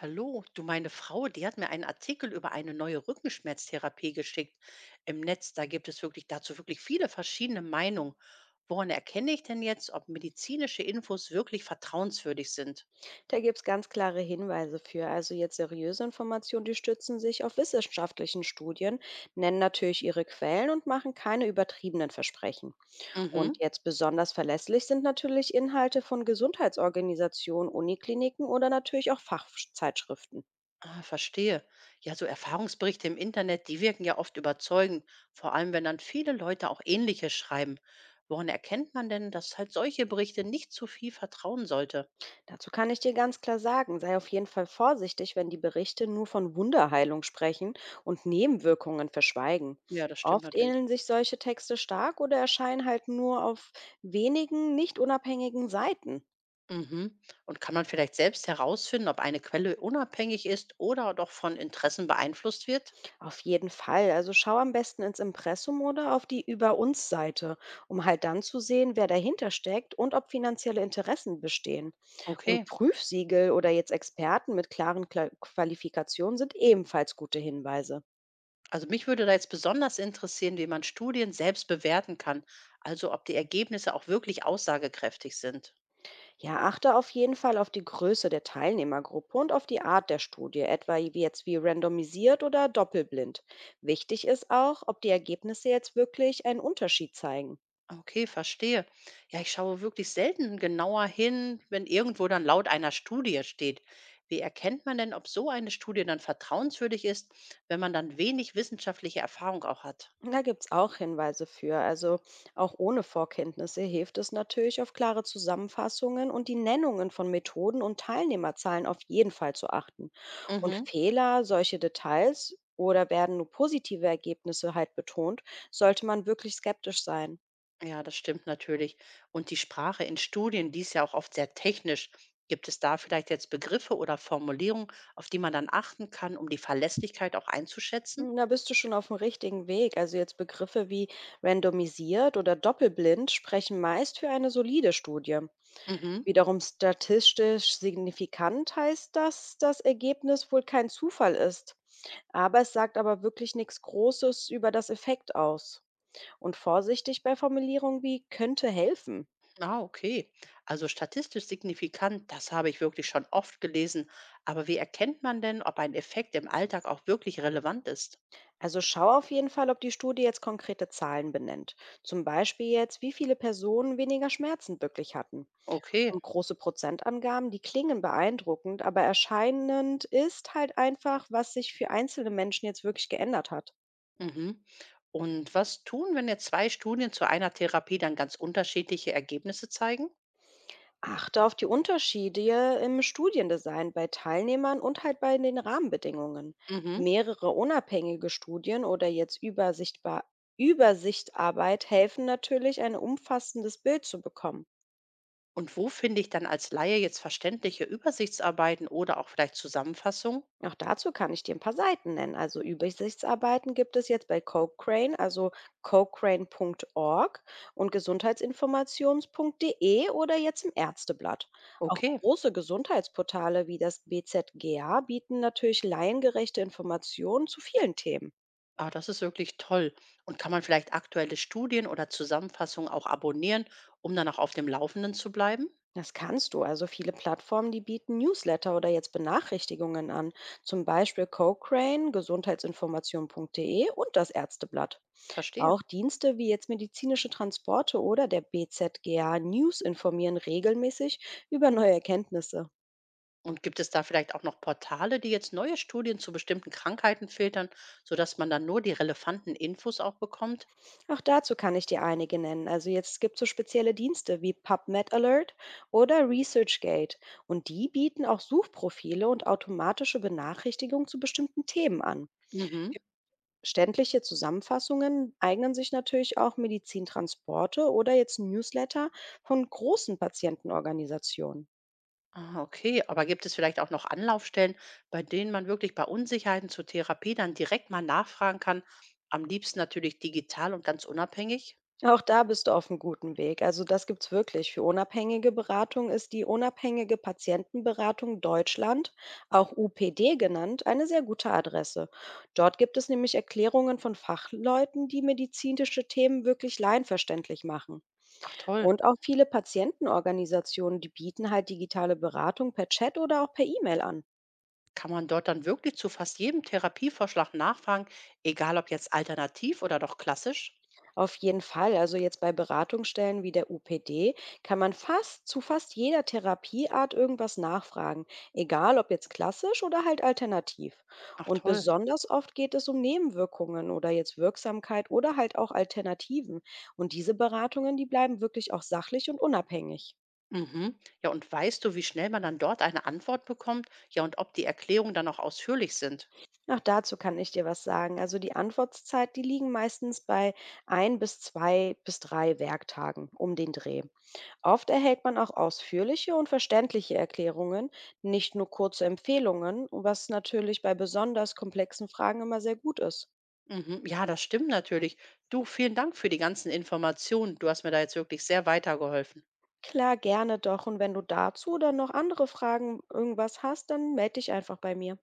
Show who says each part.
Speaker 1: Hallo, du, meine Frau, die hat mir einen Artikel über eine neue Rückenschmerztherapie geschickt im Netz. Da gibt es wirklich dazu wirklich viele verschiedene Meinungen. Woran erkenne ich denn jetzt, ob medizinische Infos wirklich vertrauenswürdig sind?
Speaker 2: Da gibt es ganz klare Hinweise für. Also jetzt seriöse Informationen, die stützen sich auf wissenschaftlichen Studien, nennen natürlich ihre Quellen und machen keine übertriebenen Versprechen. Und
Speaker 1: Mhm.
Speaker 2: jetzt besonders verlässlich sind natürlich Inhalte von Gesundheitsorganisationen, Unikliniken oder natürlich auch Fachzeitschriften.
Speaker 1: Ah, verstehe. Ja, so Erfahrungsberichte im Internet, die wirken ja oft überzeugend, vor allem wenn dann viele Leute auch ähnliches schreiben. Woran erkennt man denn, dass halt solche Berichte nicht zu viel vertrauen sollte?
Speaker 2: Dazu kann ich dir ganz klar sagen, sei auf jeden Fall vorsichtig, wenn die Berichte nur von Wunderheilung sprechen und Nebenwirkungen verschweigen.
Speaker 1: Ja, das stimmt
Speaker 2: Oft
Speaker 1: natürlich.
Speaker 2: ähneln sich solche Texte stark oder erscheinen halt nur auf wenigen nicht unabhängigen Seiten.
Speaker 1: Mhm. Und kann man vielleicht selbst herausfinden, ob eine Quelle unabhängig ist oder doch von Interessen beeinflusst wird?
Speaker 2: Auf jeden Fall. Also schau am besten ins Impressum oder auf die Über uns Seite, um halt dann zu sehen, wer dahinter steckt und ob finanzielle Interessen bestehen. Und
Speaker 1: Okay.
Speaker 2: Prüfsiegel oder jetzt Experten mit klaren Qualifikationen sind ebenfalls gute Hinweise.
Speaker 1: Also mich würde da jetzt besonders interessieren, wie man Studien selbst bewerten kann, also ob die Ergebnisse auch wirklich aussagekräftig sind.
Speaker 2: Ja, achte auf jeden Fall auf die Größe der Teilnehmergruppe und auf die Art der Studie, etwa wie randomisiert oder doppelblind. Wichtig ist auch, ob die Ergebnisse jetzt wirklich einen Unterschied zeigen.
Speaker 1: Okay, verstehe. Ja, ich schaue wirklich selten genauer hin, wenn irgendwo dann laut einer Studie steht. Wie erkennt man denn, ob so eine Studie dann vertrauenswürdig ist, wenn man dann wenig wissenschaftliche Erfahrung auch hat?
Speaker 2: Und da gibt es auch Hinweise für. Also auch ohne Vorkenntnisse hilft es natürlich, auf klare Zusammenfassungen und die Nennungen von Methoden und Teilnehmerzahlen auf jeden Fall zu achten. Und
Speaker 1: Mhm.
Speaker 2: Fehler, solche Details oder werden nur positive Ergebnisse halt betont, sollte man wirklich skeptisch sein.
Speaker 1: Ja, das stimmt natürlich. Und die Sprache in Studien, die ist ja auch oft sehr technisch. Gibt es da vielleicht jetzt Begriffe oder Formulierungen, auf die man dann achten kann, um die Verlässlichkeit auch einzuschätzen?
Speaker 2: Da bist du schon auf dem richtigen Weg. Also jetzt Begriffe wie randomisiert oder doppelblind sprechen meist für eine solide Studie.
Speaker 1: Mhm.
Speaker 2: Wiederum statistisch signifikant heißt, dass das Ergebnis wohl kein Zufall ist. Aber es sagt aber wirklich nichts Großes über das Effekt aus. Und vorsichtig bei Formulierungen wie könnte helfen.
Speaker 1: Ah, okay. Also statistisch signifikant, das habe ich wirklich schon oft gelesen. Aber wie erkennt man denn, ob ein Effekt im Alltag auch wirklich relevant ist?
Speaker 2: Also schau auf jeden Fall, ob die Studie jetzt konkrete Zahlen benennt. Zum Beispiel jetzt, wie viele Personen weniger Schmerzen wirklich hatten.
Speaker 1: Okay.
Speaker 2: Und große Prozentangaben, die klingen beeindruckend, aber erscheinend ist halt einfach, was sich für einzelne Menschen jetzt wirklich geändert hat.
Speaker 1: Mhm. Und was tun, wenn jetzt zwei Studien zu einer Therapie dann ganz unterschiedliche Ergebnisse zeigen?
Speaker 2: Achte auf die Unterschiede im Studiendesign bei Teilnehmern und halt bei den Rahmenbedingungen.
Speaker 1: Mhm.
Speaker 2: Mehrere unabhängige Studien oder jetzt übersichtbar Übersichtarbeit helfen natürlich, ein umfassendes Bild zu bekommen.
Speaker 1: Und wo finde ich dann als Laie jetzt verständliche Übersichtsarbeiten oder auch vielleicht Zusammenfassungen?
Speaker 2: Auch dazu kann ich dir ein paar Seiten nennen. Also, Übersichtsarbeiten gibt es jetzt bei Cochrane, also cochrane.org und gesundheitsinformations.de oder jetzt im Ärzteblatt. Auch
Speaker 1: Okay,
Speaker 2: große Gesundheitsportale wie das BZGA bieten natürlich laiengerechte Informationen zu vielen Themen.
Speaker 1: ah, das ist wirklich toll. Und kann man vielleicht aktuelle Studien oder Zusammenfassungen auch abonnieren, um dann auch auf dem Laufenden zu bleiben?
Speaker 2: Das kannst du. Also viele Plattformen, die bieten Newsletter oder jetzt Benachrichtigungen an, zum Beispiel Cochrane, gesundheitsinformation.de und das Ärzteblatt.
Speaker 1: Verstehe.
Speaker 2: Auch Dienste wie jetzt medizinische Transporte oder der BZGA News informieren regelmäßig über neue Erkenntnisse.
Speaker 1: Und gibt es da vielleicht auch noch Portale, die jetzt neue Studien zu bestimmten Krankheiten filtern, sodass man dann nur die relevanten Infos auch bekommt?
Speaker 2: Auch dazu kann ich dir einige nennen. Also jetzt gibt es gibt so spezielle Dienste wie PubMed Alert oder ResearchGate und die bieten auch Suchprofile und automatische Benachrichtigungen zu bestimmten Themen an.
Speaker 1: Mhm.
Speaker 2: Ständliche Zusammenfassungen eignen sich natürlich auch Medizintransporte oder jetzt Newsletter von großen Patientenorganisationen.
Speaker 1: Ah, okay. Aber gibt es vielleicht auch noch Anlaufstellen, bei denen man wirklich bei Unsicherheiten zur Therapie dann direkt mal nachfragen kann? Am liebsten natürlich digital und ganz unabhängig.
Speaker 2: Auch da bist du auf einem guten Weg. Also, das gibt's wirklich. Für unabhängige Beratung ist die Unabhängige Patientenberatung Deutschland, auch UPD genannt, eine sehr gute Adresse. Dort gibt es nämlich Erklärungen von Fachleuten, die medizinische Themen wirklich laienverständlich machen.
Speaker 1: Ach toll.
Speaker 2: Und auch viele Patientenorganisationen, die bieten halt digitale Beratung per Chat oder auch per E-Mail an.
Speaker 1: Kann man dort dann wirklich zu fast jedem Therapievorschlag nachfragen, egal ob jetzt alternativ oder doch klassisch?
Speaker 2: Auf jeden Fall. Also jetzt bei Beratungsstellen wie der UPD kann man fast zu fast jeder Therapieart irgendwas nachfragen, egal ob jetzt klassisch oder halt alternativ.
Speaker 1: Ach
Speaker 2: Und
Speaker 1: toll.
Speaker 2: besonders oft geht es um Nebenwirkungen oder jetzt Wirksamkeit oder halt auch Alternativen. Und diese Beratungen, die bleiben wirklich auch sachlich und unabhängig.
Speaker 1: Mhm. Ja, und weißt du, wie schnell man dann dort eine Antwort bekommt? Ja, und ob die Erklärungen dann auch ausführlich sind?
Speaker 2: Auch dazu kann ich dir was sagen. Also die Antwortzeit, die liegen meistens bei ein bis zwei bis drei Werktagen um den Dreh. Oft erhält man auch ausführliche und verständliche Erklärungen, nicht nur kurze Empfehlungen, was natürlich bei besonders komplexen Fragen immer sehr gut ist.
Speaker 1: Mhm. Ja, das stimmt natürlich. Du, vielen Dank für die ganzen Informationen. Du hast mir da jetzt wirklich sehr weitergeholfen.
Speaker 2: Klar, gerne doch. Und wenn du dazu dann noch andere Fragen irgendwas hast, dann melde dich einfach bei mir.